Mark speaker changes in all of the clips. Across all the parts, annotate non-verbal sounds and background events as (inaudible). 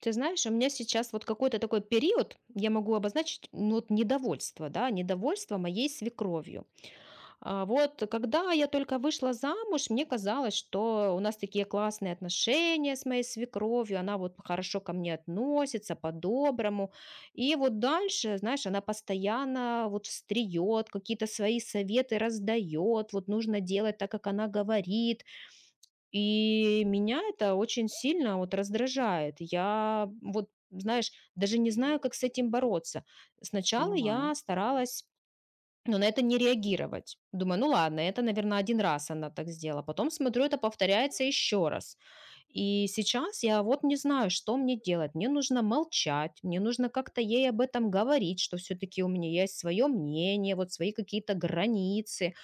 Speaker 1: Ты знаешь, у меня сейчас вот какой-то такой период, я могу обозначить, ну, вот недовольство, да, недовольство моей свекровью. А вот когда я только вышла замуж, мне казалось, что у нас такие классные отношения с моей свекровью, она вот хорошо ко мне относится, по-доброму. И вот дальше, знаешь, она постоянно вот встреет, какие-то свои советы раздает, вот нужно делать так, как она говорит, и меня это очень сильно вот раздражает. Я вот, знаешь, даже не знаю, как с этим бороться. Сначала
Speaker 2: Понимаю.
Speaker 1: я старалась, но на это не реагировать. Думаю, ну ладно, это, наверное, один раз она так сделала. Потом смотрю, это повторяется еще раз. И сейчас я вот не знаю, что мне делать. Мне нужно молчать, мне нужно как-то ей об этом говорить, что все-таки у меня есть свое мнение, вот свои какие-то границы.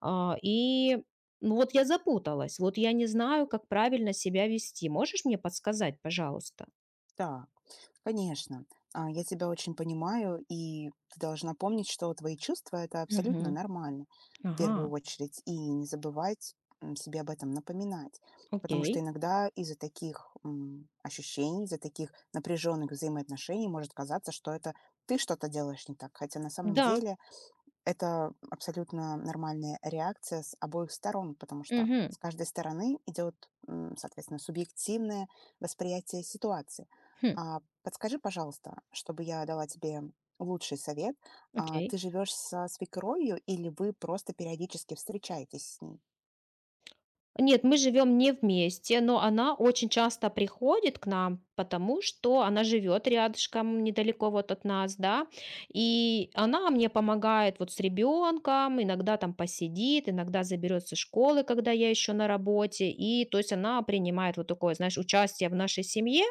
Speaker 1: А, и, ну, вот я запуталась, вот я не знаю, как правильно себя вести. Можешь мне подсказать, пожалуйста?
Speaker 2: Да, конечно. Я тебя очень понимаю, и ты должна помнить, что твои чувства это абсолютно
Speaker 1: Мгм.
Speaker 2: нормально в первую
Speaker 1: Ага,
Speaker 2: очередь, и не забывать себе об этом напоминать, потому что
Speaker 1: окей.
Speaker 2: иногда из-за таких ощущений, из-за таких напряженных взаимоотношений может казаться, что это ты что-то делаешь не так, хотя на самом
Speaker 1: Да.
Speaker 2: деле это абсолютно нормальная реакция с обоих сторон, потому что
Speaker 1: Мгм.
Speaker 2: с каждой стороны идет, соответственно, субъективное восприятие ситуации.
Speaker 1: Хм.
Speaker 2: Подскажи, пожалуйста, чтобы я дала тебе лучший совет, ты
Speaker 1: Окей.
Speaker 2: живешь со свекровью или вы просто периодически встречаетесь с ней?
Speaker 1: Нет, мы живем не вместе, но она очень часто приходит к нам, потому что она живет рядышком, недалеко вот от нас, да, и она мне помогает вот с ребенком, иногда там посидит, иногда заберет со школы, когда я еще на работе, и то есть она принимает вот такое, знаешь, участие в нашей семье,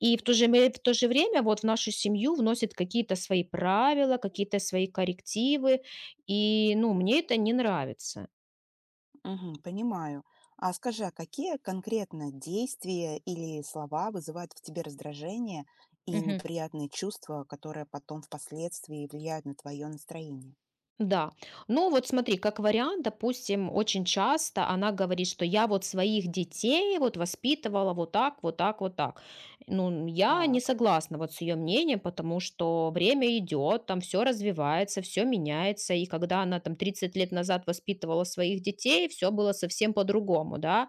Speaker 1: и в то же время вот в нашу семью вносит какие-то свои правила, какие-то свои коррективы, и, ну, мне это не нравится.
Speaker 2: Мгм, понимаю. А скажи, а какие конкретно действия или слова вызывают в тебе раздражение и неприятные чувства, которые потом впоследствии влияют на твое настроение?
Speaker 1: Да. Ну вот смотри, как вариант, допустим, очень часто она говорит, что я вот своих детей вот воспитывала вот так, вот так, вот так. Ну, я не
Speaker 2: Так,
Speaker 1: согласна вот с ее мнением, потому что время идет, там все развивается, все меняется, и когда она там 30 лет назад воспитывала своих детей, все было совсем по-другому, да,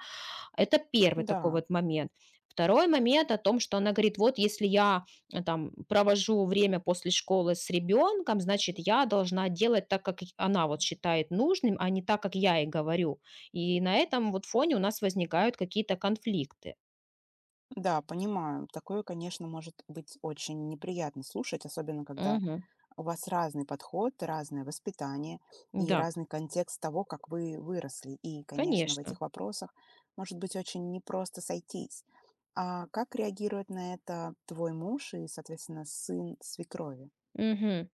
Speaker 1: это первый такой
Speaker 2: да,
Speaker 1: вот момент. Второй момент о том, что она говорит: «Вот если я, там провожу время после школы с ребенком, значит, я должна делать так, как й она вот считает нужным, а не так, как я ей говорю». И на этом вот фоне у нас возникают какие-то конфликты.
Speaker 2: да, понимаю. Такое, конечно, может быть очень неприятно слушать, особенно когда
Speaker 1: Мгм.
Speaker 2: у вас разный подход, разное воспитание и
Speaker 1: Да,
Speaker 2: разный контекст того, как вы выросли. И, конечно, в
Speaker 1: конечно.
Speaker 2: этих вопросах может быть очень непросто сойтись. А как реагирует на это твой муж и, соответственно, сын свекрови?
Speaker 1: Мгм.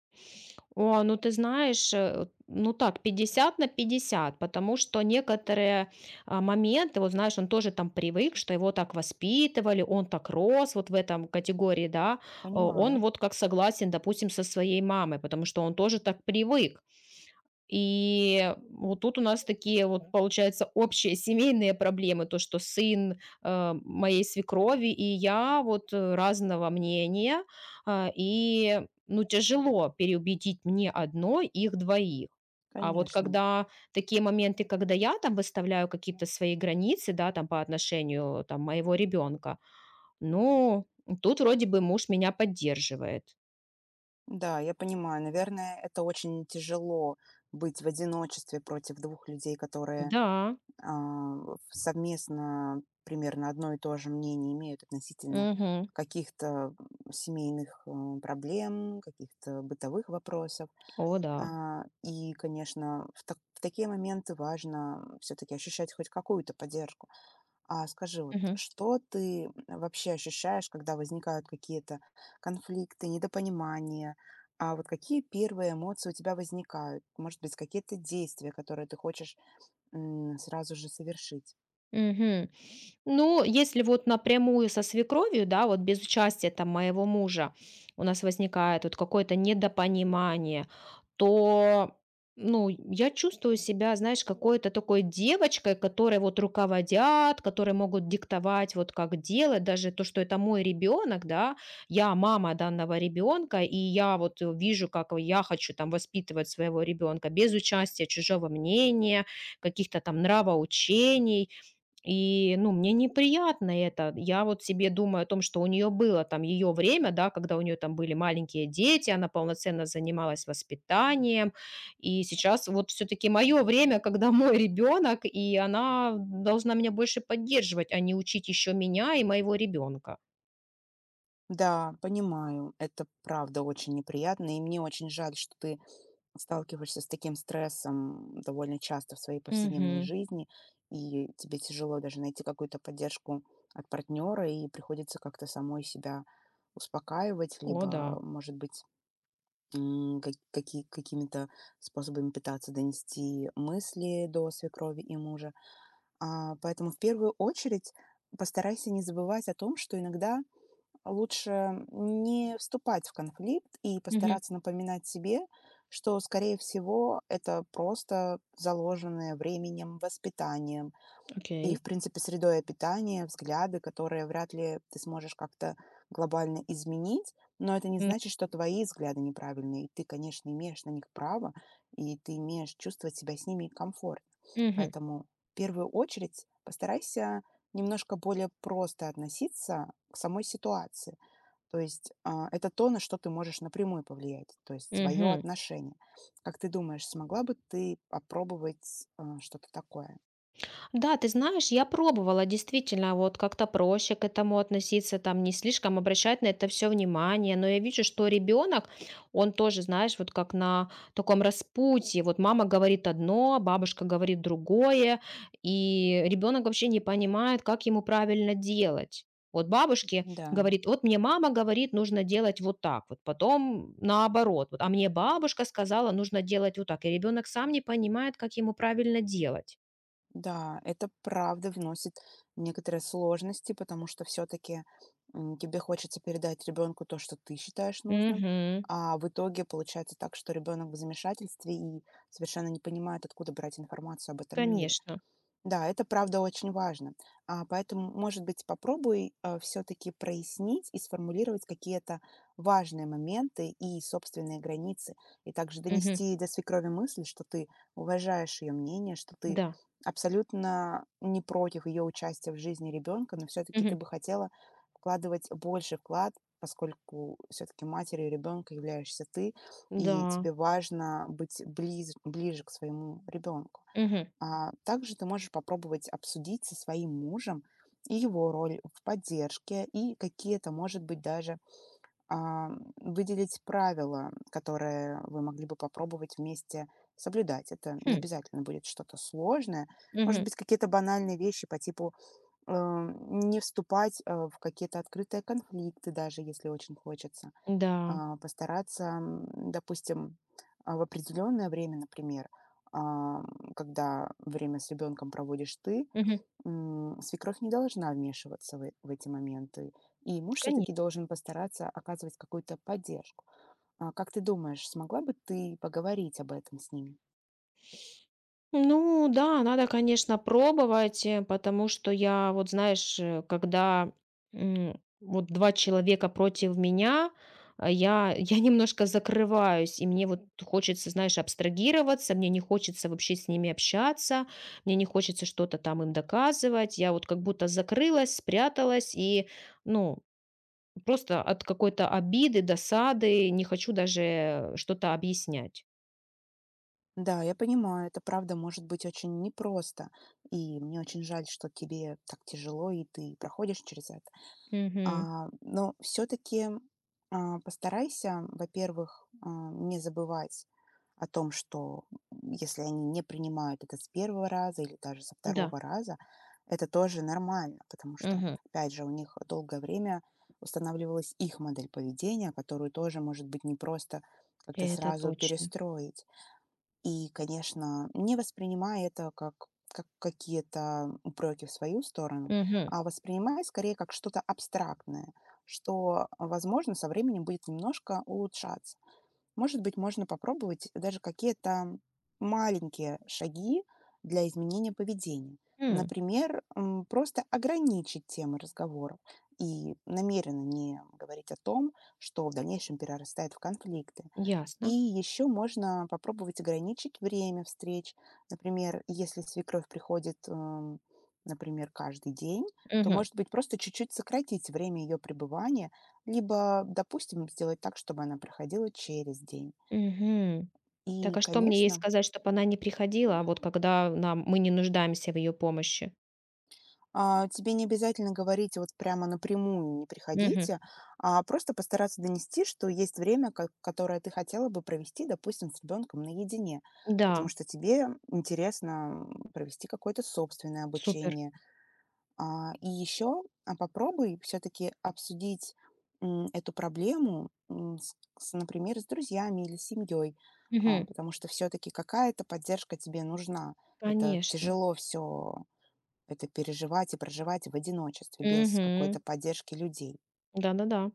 Speaker 1: О, ну ты знаешь, вот, ну так, 50 на пятьдесят, потому что некоторые моменты, вот знаешь, он тоже там привык, что его так воспитывали, он так рос вот в этом категории, да, он
Speaker 2: Понимаю,
Speaker 1: вот как согласен, допустим, со своей мамой, потому что он тоже так привык. И вот тут у нас такие вот, получается, общие семейные проблемы, то, что сын, моей свекрови и я вот, разного мнения, ну, тяжело переубедить мне одной их двоих. А вот
Speaker 2: конечно.
Speaker 1: когда такие моменты, когда я там выставляю какие-то свои границы, да, там по отношению там моего ребенка, ну, тут вроде бы муж меня поддерживает.
Speaker 2: Да, я понимаю. Наверное, это очень тяжело быть в одиночестве против двух людей, которые
Speaker 1: Да,
Speaker 2: а, совместно примерно одно и то же мнение имеют относительно
Speaker 1: мгм,
Speaker 2: каких-то семейных проблем, каких-то бытовых вопросов.
Speaker 1: о да,
Speaker 2: И, конечно, в такие моменты важно все-таки ощущать хоть какую-то поддержку. А скажи, вот
Speaker 1: мгм.
Speaker 2: что ты вообще ощущаешь, когда возникают какие-то конфликты, недопонимания? А вот какие первые эмоции у тебя возникают? Может быть, какие-то действия, которые ты хочешь сразу же совершить?
Speaker 1: Мгм. Ну, если вот напрямую со свекровью, да, вот без участия там моего мужа у нас возникает вот какое-то недопонимание, то, ну, я чувствую себя, знаешь, какой-то такой девочкой, которой вот руководят, которые могут диктовать вот как делать, даже то, что это мой ребенок, да, я мама данного ребенка, и я вот вижу, как я хочу там воспитывать своего ребенка без участия чужого мнения, каких-то там нравоучений, и, ну, мне неприятно это. Я вот себе думаю о том, что у нее было там ее время, да, когда у нее там были маленькие дети, она полноценно занималась воспитанием. И сейчас вот все-таки мое время, когда (laughs) мой ребенок, и она должна меня больше поддерживать, а не учить еще меня и моего ребенка.
Speaker 2: Да, понимаю, это правда очень неприятно, и мне очень жаль, что ты сталкиваешься с таким стрессом довольно часто в своей повседневной
Speaker 1: Мгм.
Speaker 2: жизни, и тебе тяжело даже найти какую-то поддержку от партнера, и приходится как-то самой себя успокаивать,
Speaker 1: О, да.
Speaker 2: либо, может быть, какими-то способами пытаться донести мысли до свекрови и мужа. Поэтому в первую очередь постарайся не забывать о том, что иногда лучше не вступать в конфликт и
Speaker 1: Мгм.
Speaker 2: постараться напоминать себе, что, скорее всего, это просто заложенное временем, воспитанием и,
Speaker 1: Окей.
Speaker 2: в принципе, средой питания, взгляды, которые вряд ли ты сможешь как-то глобально изменить. Но это не
Speaker 1: М,
Speaker 2: значит, что твои взгляды неправильные. Ты, конечно, имеешь на них право, и ты имеешь чувствовать себя с ними комфортно.
Speaker 1: Мгм.
Speaker 2: Поэтому в первую очередь постарайся немножко более просто относиться к самой ситуации, то есть это то, на что ты можешь напрямую повлиять, то есть свое
Speaker 1: Мгм.
Speaker 2: отношение. Как ты думаешь, смогла бы ты попробовать что-то такое?
Speaker 1: Да, ты знаешь, я пробовала действительно вот как-то проще к этому относиться, там не слишком обращать на это все внимание, но я вижу, что ребенок, он тоже, знаешь, вот как на таком распутье, вот мама говорит одно, бабушка говорит другое, и ребенок вообще не понимает, как ему правильно делать. Вот бабушке
Speaker 2: Да,
Speaker 1: говорит, вот мне мама говорит, нужно делать вот так, вот потом наоборот, вот, а мне бабушка сказала, нужно делать вот так, и ребенок сам не понимает, как ему правильно делать.
Speaker 2: да, это правда вносит некоторые сложности, потому что все-таки тебе хочется передать ребенку то, что ты считаешь нужным,
Speaker 1: Мгм.
Speaker 2: а в итоге получается так, что ребенок в замешательстве и совершенно не понимает, откуда брать информацию об этом мире.
Speaker 1: Конечно.
Speaker 2: Да, это правда очень важно. Поэтому, может быть, попробуй все-таки прояснить и сформулировать какие-то важные моменты и собственные границы, и также
Speaker 1: Мгм.
Speaker 2: донести до свекрови мысль, что ты уважаешь ее мнение, что ты
Speaker 1: Да.
Speaker 2: абсолютно не против ее участия в жизни ребенка, но все-таки ты
Speaker 1: Мгм.
Speaker 2: бы хотела вкладывать больше вклад, поскольку все-таки матерью ребенка являешься ты, и
Speaker 1: Да.
Speaker 2: тебе важно быть ближе к своему ребенку.
Speaker 1: Мгм.
Speaker 2: Также ты можешь попробовать обсудить со своим мужем и его роль в поддержке, и какие-то, может быть, даже а, выделить правила, которые вы могли бы попробовать вместе соблюдать. Это не
Speaker 1: Хм.
Speaker 2: обязательно будет что-то сложное. Может
Speaker 1: Мгм.
Speaker 2: быть, какие-то банальные вещи по типу не вступать в какие-то открытые конфликты, даже если очень хочется
Speaker 1: Да.
Speaker 2: постараться, допустим, в определенное время, например, а, когда время с ребенком проводишь ты,
Speaker 1: Мгм.
Speaker 2: свекровь не должна вмешиваться в эти моменты, и муж
Speaker 1: Коне
Speaker 2: все-таки должен постараться оказывать какую-то поддержку. Как ты думаешь, смогла бы ты поговорить об этом с ними?
Speaker 1: Ну да, надо, конечно, пробовать, потому что я, вот знаешь, когда, вот 2 человека против меня, я (laughs) я немножко закрываюсь, и мне вот хочется, знаешь, абстрагироваться, мне не хочется вообще с ними общаться, мне не хочется что-то там им доказывать. Я вот как будто закрылась, спряталась и, ну, просто от какой-то обиды, досады не хочу даже что-то объяснять.
Speaker 2: Да, я понимаю, это правда может быть очень непросто, и мне очень жаль, что тебе так тяжело, и ты проходишь через это.
Speaker 1: Мгм.
Speaker 2: Но все-таки постарайся, во-первых, не забывать о том, что если они не принимают это с первого раза или даже со
Speaker 1: Да,
Speaker 2: второго раза, это тоже нормально, потому что,
Speaker 1: мгм.
Speaker 2: опять же, у них долгое время устанавливалась их модель поведения, которую тоже, может быть, не просто как-то
Speaker 1: Это
Speaker 2: сразу
Speaker 1: точно.
Speaker 2: перестроить. И, конечно, не воспринимая это как какие-то упреки в свою сторону,
Speaker 1: Мгм.
Speaker 2: а воспринимая скорее как что-то абстрактное, что, возможно, со временем будет немножко улучшаться. Может быть, можно попробовать даже какие-то маленькие шаги для изменения поведения.
Speaker 1: М,
Speaker 2: Например, просто ограничить темы разговоров и намеренно не говорить о том, что в дальнейшем перерастает в конфликты. И
Speaker 1: Ясно.
Speaker 2: еще можно попробовать ограничить время встреч. Например, если свекровь приходит, например, каждый день, то,
Speaker 1: Мгм.
Speaker 2: может быть, просто чуть-чуть сократить время ее пребывания, либо, допустим, сделать так, чтобы она проходила через день.
Speaker 1: Мгм.
Speaker 2: И,
Speaker 1: Так, а что мне ей
Speaker 2: конечно,
Speaker 1: сказать, чтобы она не приходила, а вот когда нам мы не нуждаемся в ее помощи?
Speaker 2: Тебе не обязательно говорить вот прямо напрямую "не
Speaker 1: Мгм.
Speaker 2: приходите", а просто постараться донести, что есть время, ко которое ты хотела бы провести, допустим, с ребенком наедине.
Speaker 1: Да,
Speaker 2: Потому что тебе интересно, провести какое-то собственное
Speaker 1: супер.
Speaker 2: обучение. Попробуй все-таки обсудить, эту проблему, с, например, с друзьями или семьей.
Speaker 1: Мгм.
Speaker 2: Потому что все-таки какая-то поддержка тебе нужна. Это
Speaker 1: Конечно.
Speaker 2: тяжело все это переживать и проживать в одиночестве без
Speaker 1: Мгм.
Speaker 2: какой-то поддержки людей.
Speaker 1: Да-да-да.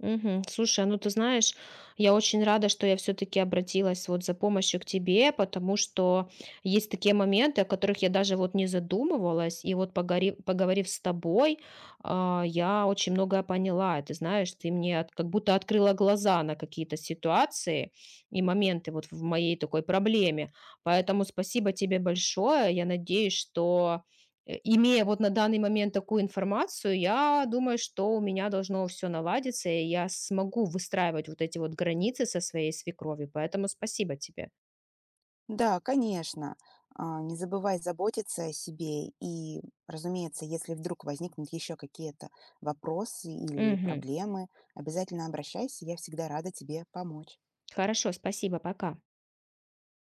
Speaker 1: Мгм. Слушай, а ну ты знаешь, я очень рада, что я все-таки обратилась вот за помощью к тебе, потому что есть такие моменты, о которых я даже вот не задумывалась, и вот поговорив с тобой, я очень многое поняла. И ты знаешь, ты мне как будто открыла глаза на какие-то ситуации и моменты вот в моей такой проблеме. Поэтому спасибо тебе большое. Я надеюсь, что, имея вот на данный момент такую информацию, я думаю, что у меня должно все наладиться, и я смогу выстраивать вот эти вот границы со своей свекровью. Поэтому спасибо тебе.
Speaker 2: Да, конечно. Не забывай заботиться о себе. И, разумеется, если вдруг возникнут еще какие-то вопросы или
Speaker 1: Мгм.
Speaker 2: проблемы, обязательно обращайся. Я всегда рада тебе помочь.
Speaker 1: Хорошо, спасибо, пока.